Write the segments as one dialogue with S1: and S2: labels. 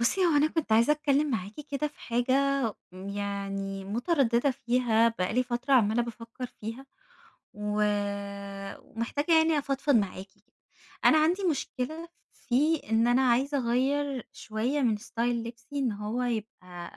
S1: بُصّي، هو أنا كنت عايزة أتكلّم معاكِ كده في حاجة يعني متردّدة فيها، بقى لي فترة عمّالة بافكّر فيها، و ومحتاجة يعني أفضفض معاكِ كده. أنا عندي مشكلة في إن أنا عايزة أغيّر شوية من style لبسي إن هو يبقى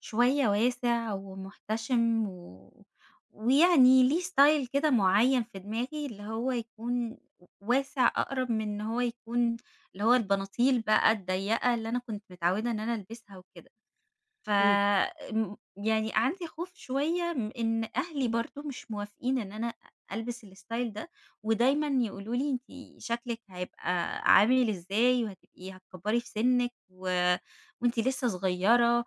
S1: شوية واسع ومحتشم ويعني ليه style كده معيّن في دماغي، اللي هو يكون واسع أقرب من إن هو يكون اللي هو البناطيل بقى الضيّقة اللي أنا كنت متعودة إن أنا ألبسها وكده. ف
S2: إمم.
S1: يعني عندي خوف شوية إن أهلي برضه مش موافقين إن أنا ألبس الstyle ده، ودايمًا يقولوا لي: "أنتِ شكلِك هيبقى عامل إزاي وهتبقي هتكبّري في سِنِّك وأنتِ لسه صغيّرة."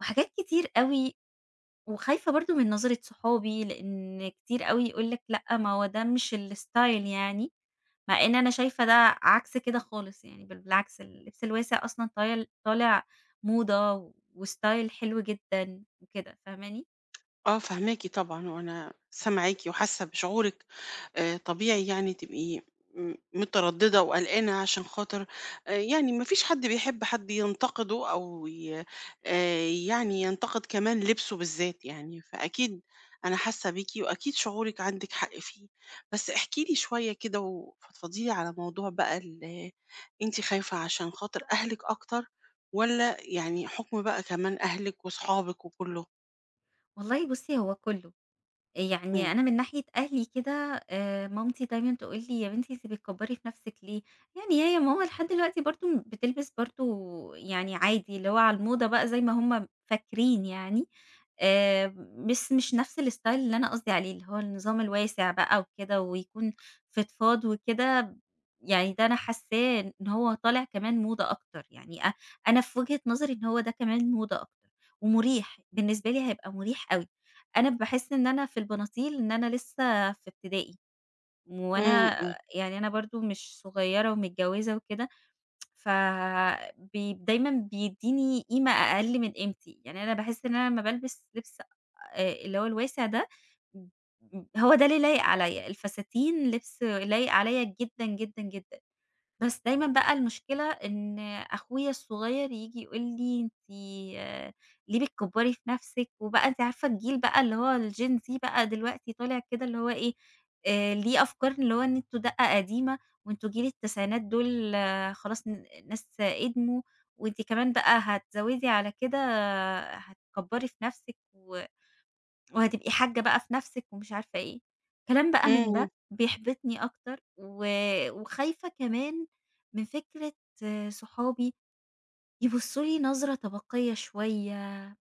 S1: وحاجات كتير أوي، وخايفة برضه من نظرة صحابي، لإن كتير أوي يقول لِك: "لأ، ما هو ده مش الstyle يعني." مع إن أنا شايفة ده عكس كده خالص يعني، بالعكس اللبس الواسع أصلًا طالع موضة وستايل حلو جدًا وكده، فاهماني؟
S2: آه فاهماكِ طبعًا، وأنا سامعاكِ وحاسة بشعورِك. طبيعي يعني تبقي مترددة وقلقانة عشان خاطر يعني ما فيش حد بيحب حد ينتقده أو ي يعني ينتقد كمان لبسه بالذات يعني، فأكيد أنا حاسة بيكِ وأكيد شعورِك عندِك حق فيه. بس احكي لي شوية كده وفضفضي لي على موضوع بقى أنتِ خايفة عشان خاطر أهلِك أكتر والّا يعني حكم بقى كمان أهلِك وصحابِك وكله؟
S1: والله بُصّي هو كلّه،
S2: إمم.
S1: يعني أنا من ناحية أهلي كده مامتي دايمًا تقول لي: "يا بنتي أنتِ بتكبّري في نفسِك ليه؟" يعني هي ماما لحد دلوقتي برضه بتلبس برضه يعني عادي، اللي هو على الموضة بقى زي ما هُم فاكرين يعني، آآ، بس مش نفس الstyle اللي أنا قصدي عليه، اللي هو النظام الواسع بقى وكده ويكون فضفاض وكده، يعني ده أنا حاساه إن هو طالع كمان موضة أكتر، يعني أنا في وجهة نظري إن هو ده كمان موضة أكتر، ومُريح، بالنسبة لي هيبقى مُريح أوي. أنا باحس إن أنا في البناطيل إن أنا لسه في ابتدائي،
S2: إمم،
S1: وأنا
S2: إمم،
S1: يعني أنا برضه مش صغيرة ومتجوزة وكده، ف دايمًا بيدّيني قيمة أقل من قيمتي، يعني أنا باحس إن أنا لمّا بالبس لبس اللي هو الواسع ده، ب هو ده اللي لايق عليَّ، الفساتين لبس لايق عليَّ جدًا، جدًا، جدًا. بس دايمًا بقى المشكلة إن أخويا الصغير ييجي يقول لي: "أنتِ ليه بتكبّري في نَفْسِك؟" وبقى أنتِ عارفة الجيل بقى اللي هو الGen Z بقى دلوقتي طالع كده اللي هو إيه، ليه أفكار اللي هو إن أنتم دَقّة قديمة وأنتم جيل التسعينات دول آه، خلاص ناس أدموا، وأنتِ كمان بقى هتزوِّدي على كده آه، هتكبّري في نَفْسِك وهتبقي حاجة بقى في نفسِك ومش عارفة إيه، كلام بقى
S2: إمم،
S1: من
S2: إمم،
S1: ده بيحبطني أكتر وخايفة كمان من فكرة صحابي يبصّوا لي نظرة طبقية شوية،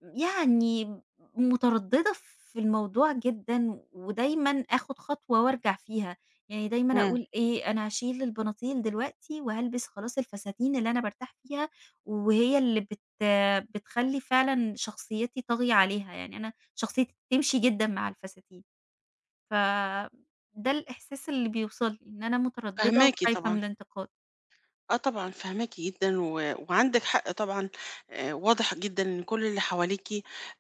S1: يعني مترددة في الموضوع جدًا، ودايمًا آخد خطوة وارجع فيها، يعني دايمًا
S2: إمم.
S1: أقول إيه أنا هاشيل البناطيل دلوقتي وهالبس خلاص الفساتين اللي أنا بارتاح فيها، وهي اللي بتخلّي فعلًا شخصيتي طاغية عليها، يعني أنا شخصيتي تمشي جدًا مع الفساتين، ف ده الإحساس اللي بيوصل لي، إن أنا مترددة
S2: فاهماكِ
S1: وخايفة من
S2: طبعًا.
S1: الانتقاد.
S2: آه طبعًا فاهماكِ جدًا، وعندِك حق طبعًا. واضح جدًا إن كل اللي حواليكِ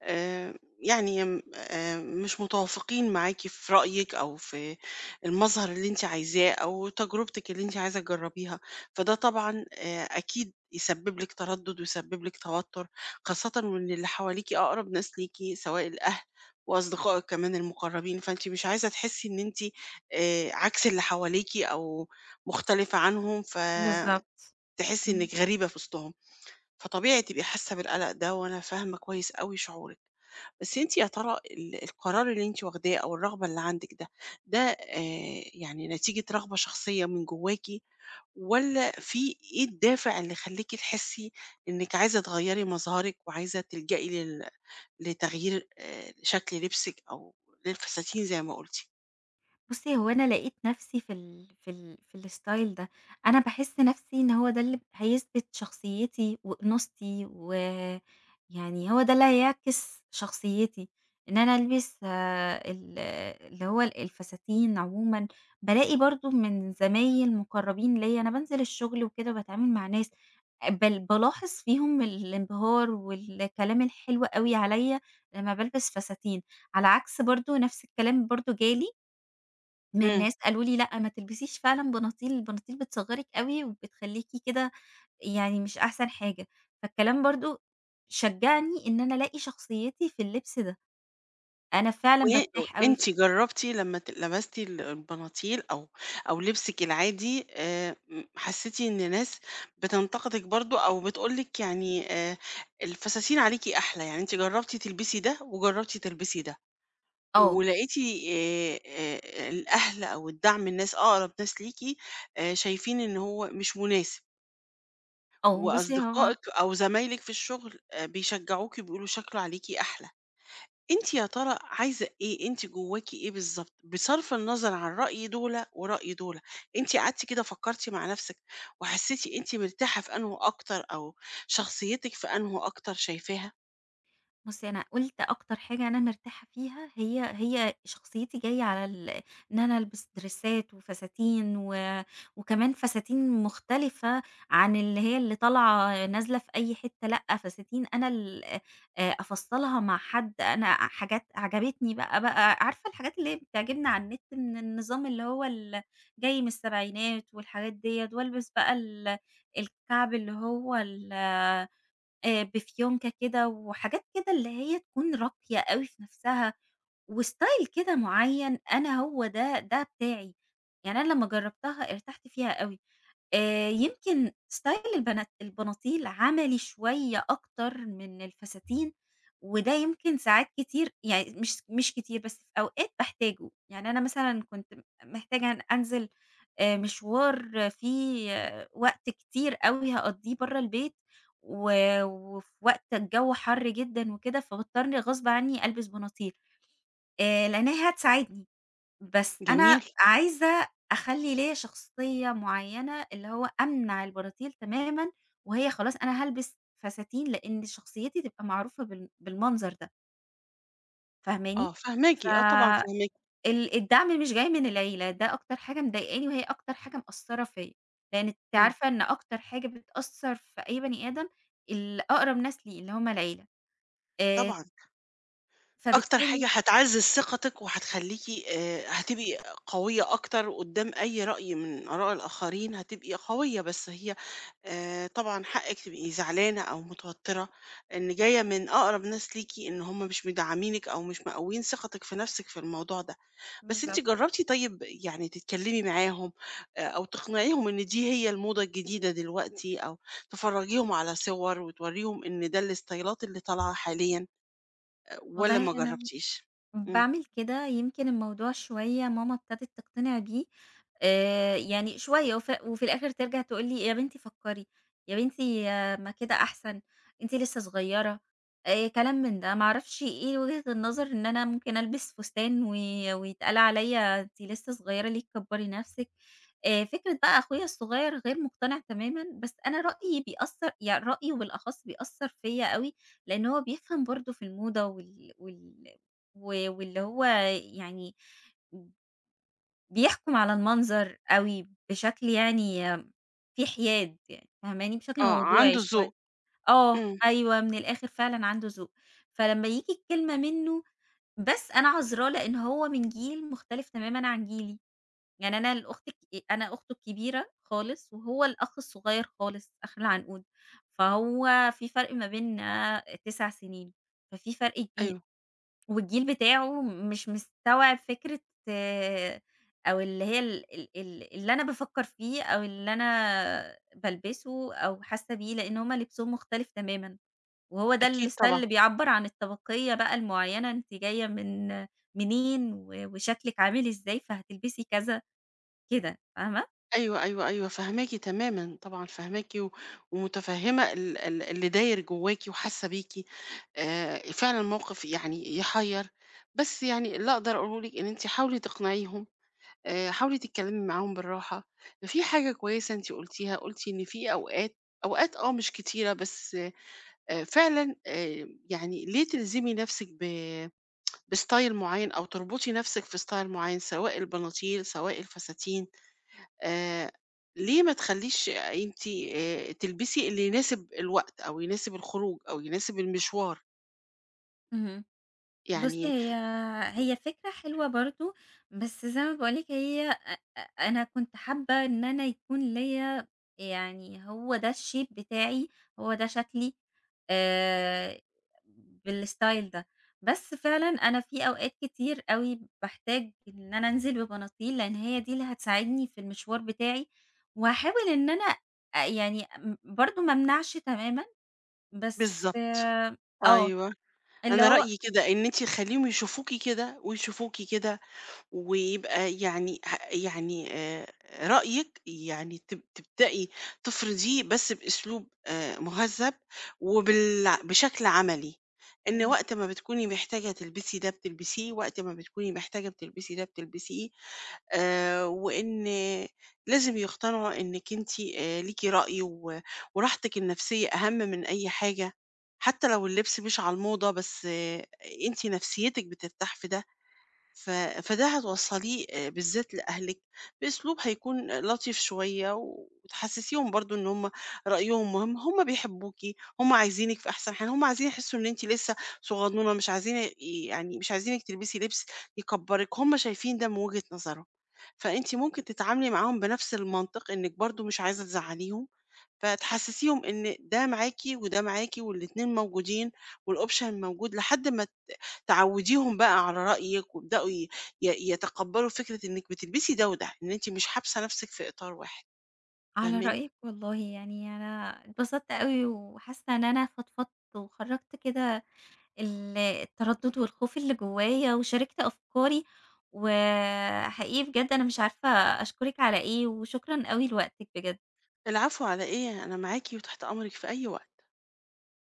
S2: آآ يعني م مش متوافقين معاكِ في رأيِك أو في المظهر اللي أنتِ عايزاه أو تجربتِك اللي أنتِ عايزة تجربيها، فده طبعًا أكيد يسبب لِك تردد ويسبب لِك توتر، خاصةً وإن اللي حواليكِ أقرب ناس ليكِ سواء الأهل وأصدقائِك كمان المقربين، فأنتِ مش عايزة تحسي إن أنتِ عكس اللي حواليكِ أو مختلفة عنهم
S1: بالضبط،
S2: تحسي
S1: إمم.
S2: إنِك غريبة في وسطهم. فطبيعي تبقي حاسة بالقلق ده وأنا فاهمة كويس أوي شعورِك. بس أنتِ يا ترى القرار اللي أنتِ واخداه أو الرغبة اللي عندِك ده، ده يعني نتيجة رغبة شخصية من جواكِ والّا في إيه الدافع اللي خلّاكِ تحسي إنِك عايزة تغيّري مظهرِك وعايزة تلجئي لتغيير شكل لبسِك أو للفساتين زي ما قُلتِ؟
S1: بُصّي، هو أنا لقيت نفسي في الstyle ده، أنا باحس نفسي إن هو ده اللي هيثبت شخصيتي وأنوثتي، ويعني هو ده اللي هيعكس شخصيتي، إن أنا ألبس ال اللي هو الفساتين عمومًا، بالاقي برضه من زمايل مقربين ليّا أنا بانزل الشغل وكده وباتعامل مع ناس، بالاحظ فيهم الانبهار والكلام الحلو أوي عليَّ لمّا بالبس فساتين، على عكس برضه نفس الكلام برضه جالي من
S2: إمم.
S1: ناس قالوا لي: "لأ، ما تلبسيش فعلًا بناطيل، البناطيل بتصغّرِك أوي وبتخلّيكِ كده يعني مش أحسن حاجة." فالكلام برضه شجّعني إن أنا ألاقي شخصيتي في اللبس ده، أنا فعلًا بارتاح أوي
S2: وأنتِ
S1: فيه.
S2: جرّبتِ لمّا لبستِ البناطيل أو أو لبسِك العادي، م حسّيتِ إن ناس بتنتقدِك برضه أو بتقول لِك يعني، الفساتين عليكِ أحلى، يعني أنتِ جرّبتِ تلبسي ده وجرّبتِ تلبسي ده،
S1: آه،
S2: ولقيتِ الأهل أو الدعم الناس أقرب ناس ليكِ شايفين إن هو مش مناسب،
S1: آه.
S2: وأصدقائِك أو زمايلِك في الشغل بيشجّعوكِ وبيقولوا شكله عليكِ أحلى. أنتِ يا ترى عايزة إيه، أنتِ جواكِ إيه بالضبط، بصرف النظر عن رأي دولة ورأي دولة، أنتِ قعدتِ كده فكرتِ مع نفسِك وحسيتِ أنتِ مرتاحة في أنهُ أكتر أو شخصيتِك في أنهُ أكتر شايفاها؟
S1: بُصّي، أنا قُلت أكتر حاجة أنا مرتاحة فيها هي شخصيتي جاية على إن أنا ألبس دريسات وفساتين وكمان فساتين مختلفة عن اللي هي اللي طالعة نازلة في أي حتة، لأ، فساتين أنا ال أفصّلها مع حد، أنا حاجات عجبتني بقى عارفة الحاجات اللي هي بتعجبنا على النت من النظام اللي هو جاي من السبعينات والحاجات ديّة، والبس بقى الكعب اللي هو ال بفيونكة كده وحاجات كده اللي هي تكون راقية أوي في نفسها، وstyle كده معيّن أنا هو ده بتاعي، يعني أنا لمّا جرّبتها ارتحت فيها أوي. يمكن style البناطيل عملي شوية أكتر من الفساتين، وده يمكن ساعات كتير يعني مش كتير بس في أوقات باحتاجه، يعني أنا مثلًا كنت محتاجة أن أنزل مشوار فيه وقت كتير أوي هاقضّيه برّه البيت، و وفي وقت الجو حَر جدًا وكده، فباضطر غصب عني ألبس بناطيل، لإنها هتساعدني. بس أنا
S2: جميل.
S1: عايزة أخلّي ليّا شخصية معيّنة، اللي هو أمنع البراطيل تمامًا، وهي خلاص أنا هالبس فساتين، لإن شخصيتي تبقى معروفة بالمنظر ده، فاهماني؟
S2: آه
S1: ف
S2: فاهماكِ، آه طبعًا فاهماكِ.
S1: ال الدعم مش جاي من العيلة، ده أكتر حاجة مضايقاني، وهي أكتر حاجة مأثّرة فيّا، لإن أنتِ
S2: إمم.
S1: عارفة إن أكتر حاجة بتأثّر في أي بني آدم الأقرب ناس ليه، اللي هم العيلة، آآ،
S2: طبعًا. أكتر حاجة
S1: فبالتالي
S2: هتعزّز ثقتِك وهتخلّيكِ هتبقي قوية أكتر قدّام أي رأي من آراء الآخرين، هتبقي قوية. بس هي طبعًا حقِّك تبقي زعلانة أو متوتّرة، إن جاية من أقرب ناس ليكِ إن هم مش مدعّمينِك أو مش مقوّيين ثقتِك في نَفْسِك في الموضوع ده. بس أنتِ
S1: بالضبط،
S2: جرّبتِ طيب يعني تتكلّمي معاهم، أو تقنعيهم إن دي هي الموضة الجديدة دلوقتي أو تفرّجيهم على صور وتورّيهم إن ده الإستايلات اللي طالعة حاليًا؟ والّا ما
S1: والله أنا
S2: جرّبتيش؟ إمم.
S1: باعمل كده يمكن الموضوع شوية ماما ابتدت تقتنع بيه يعني شوية وفي الآخر ترجع تقول لي: "يا بنتي فكّري، يا بنتي آه، ما كده أحسن، أنتِ لسه صغيرة." كلام من ده، ما أعرفش إيه وجهة النظر إن أنا ممكن ألبس فستان ويتقال عليّا أنتِ لسه صغيرة ليه تكبّري نَفْسِك. فكرة بقى أخويا الصغير غير مقتنع تمامًا، بس أنا رأيي بيأثّر يعني رأيي وبالأخص بيأثّر فيّا أوي، لإن هو بيفهم برضه في الموضة واللي هو يعني بيحكم على المنظر أوي بشكل يعني فيه حياد يعني، فاهماني؟ بشكل
S2: آه،
S1: موضوعي
S2: عنده ذوق.
S1: شوية. آه،
S2: إمم،
S1: أيوه، من الآخر فعلًا عنده ذوق. فلمّا ييجي الكلمة منّه بس أنا عذراه لإن هو من جيل مختلف تمامًا عن جيلي، يعني أنا الأخت الك أنا أخته الكبيرة خالص وهو الأخ الصغير خالص آخر العنقود، فهو في فرق ما بيننا 9 سنين، ففي فرق كبير.
S2: أيوه،
S1: والجيل بتاعه مش مستوعب فكرة آه، أو اللي هي ال ال ال اللي أنا بافكّر فيه أو اللي أنا بالبسه أو حاسة بيه، لإن هُم لبسهم مختلف تمامًا، وهو ده
S2: أكيد
S1: الstyle
S2: طبعًا.
S1: اللي بيعبّر عن الطبقية بقى المعيّنة، أنتِ جاية من منين وشكلِك عامل إزاي، فهتلبسي كذا، كده، فاهمة؟
S2: أيوه، أيوه، أيوه، فاهماكِ تمامًا، طبعًا فاهماكِ ومتفهّمة ال ال اللي داير جواكِ وحاسة بيكِ. فعلًا موقف يعني يحيّر. بس يعني اللي أقدر أقوله لِك إن أنتِ حاولي تقنعيهم، حاولي تتكلّمي معاهم بالراحة. في حاجة كويسة أنتِ قُلتيها، قُلتِ إن في أوقات آه مش كتيرة، بس فعلًا يعني ليه تلزمي نَفْسِك بstyle معين أو تربطي نفسِك في style معين، سواء البناطيل، سواء الفساتين. آآ، ليه ما تخلّيش أنتِ، تلبسي اللي يناسب الوقت أو يناسب الخروج أو يناسب المشوار،
S1: اهم. بُصّي،
S2: يعني
S1: هي فكرة حلوة برضه، بس زي ما باقول لِك هي أ أ أنا كنت حابة إن أنا يكون ليّا يعني هو ده الshape بتاعي، هو ده شكلي آآ بالstyle ده، بس فعلًا أنا في أوقات كتير أوي باحتاج إن أنا أنزل ببناطيل، لإن هي دي اللي هتساعدني في المشوار بتاعي، وهاحاول إن أنا يعني برضه ما امنعش تمامًا، بس
S2: بالضبط.
S1: آه،
S2: أيوه،
S1: اللي
S2: أنا
S1: هو
S2: رأيي كده إن أنتِ خلّيهم يشوفوكِ كده ويشوفوكِ كده ويبقى يعني ه يعني رأيِك يعني تبدئي تفرضيه بس بأسلوب مهذّب وبال بشكل عملي، إن وقت ما بتكوني محتاجة تلبسي ده بتلبسيه، وقت ما بتكوني محتاجة بتلبسي ده بتلبسيه. وإن لازم يقتنعوا إنِّك أنتِ ليكِ رأي وراحتِك النفسية أهم من أي حاجة، حتى لو اللبس مش على الموضة بس أنتِ نفسيتِك بترتاح في ده. ف فده هتوصّليه بالذات لأهلِك بأسلوب هيكون لطيف شوية وتحسّسيهم برضه إن هم رأيهم مهم، هم بيحبوكِ، هم عايزينِك في أحسن حال، هم عايزين يحسّوا إن أنتِ لسّه صغنونة، مش عايزين يعني مش عايزينِك تلبسي لبس يكبّرِك، هم شايفين ده من وجهة نظرهم. فأنتِ ممكن تتعاملي معاهم بنفس المنطق إنِّك برضه مش عايزة تزعّليهم، فتحسّسيهم إن ده معاكِ وده معاكِ والاتنين موجودين والoption موجود لحد ما تعوّديهم بقى على رأيِك وابدأوا ي ي يتقبّلوا فكرة إنِّك بتلبسي ده وده، إن أنتِ مش حابسة نَفْسِك في إطار واحد،
S1: على
S2: فاهماني؟
S1: رأيك والله يعني أنا اتبسطت أوي، وحاسة إن أنا فضفضت وخرّجت كده التردد والخوف اللي جوايا، وشاركت أفكاري، وحقيقي بجد أنا مش عارفة أشكرِك على إيه، وشكرًا أوي لوقتِك بجد.
S2: العفو على إيه، أنا معاكِ وتحت أمرِك في أي وقت.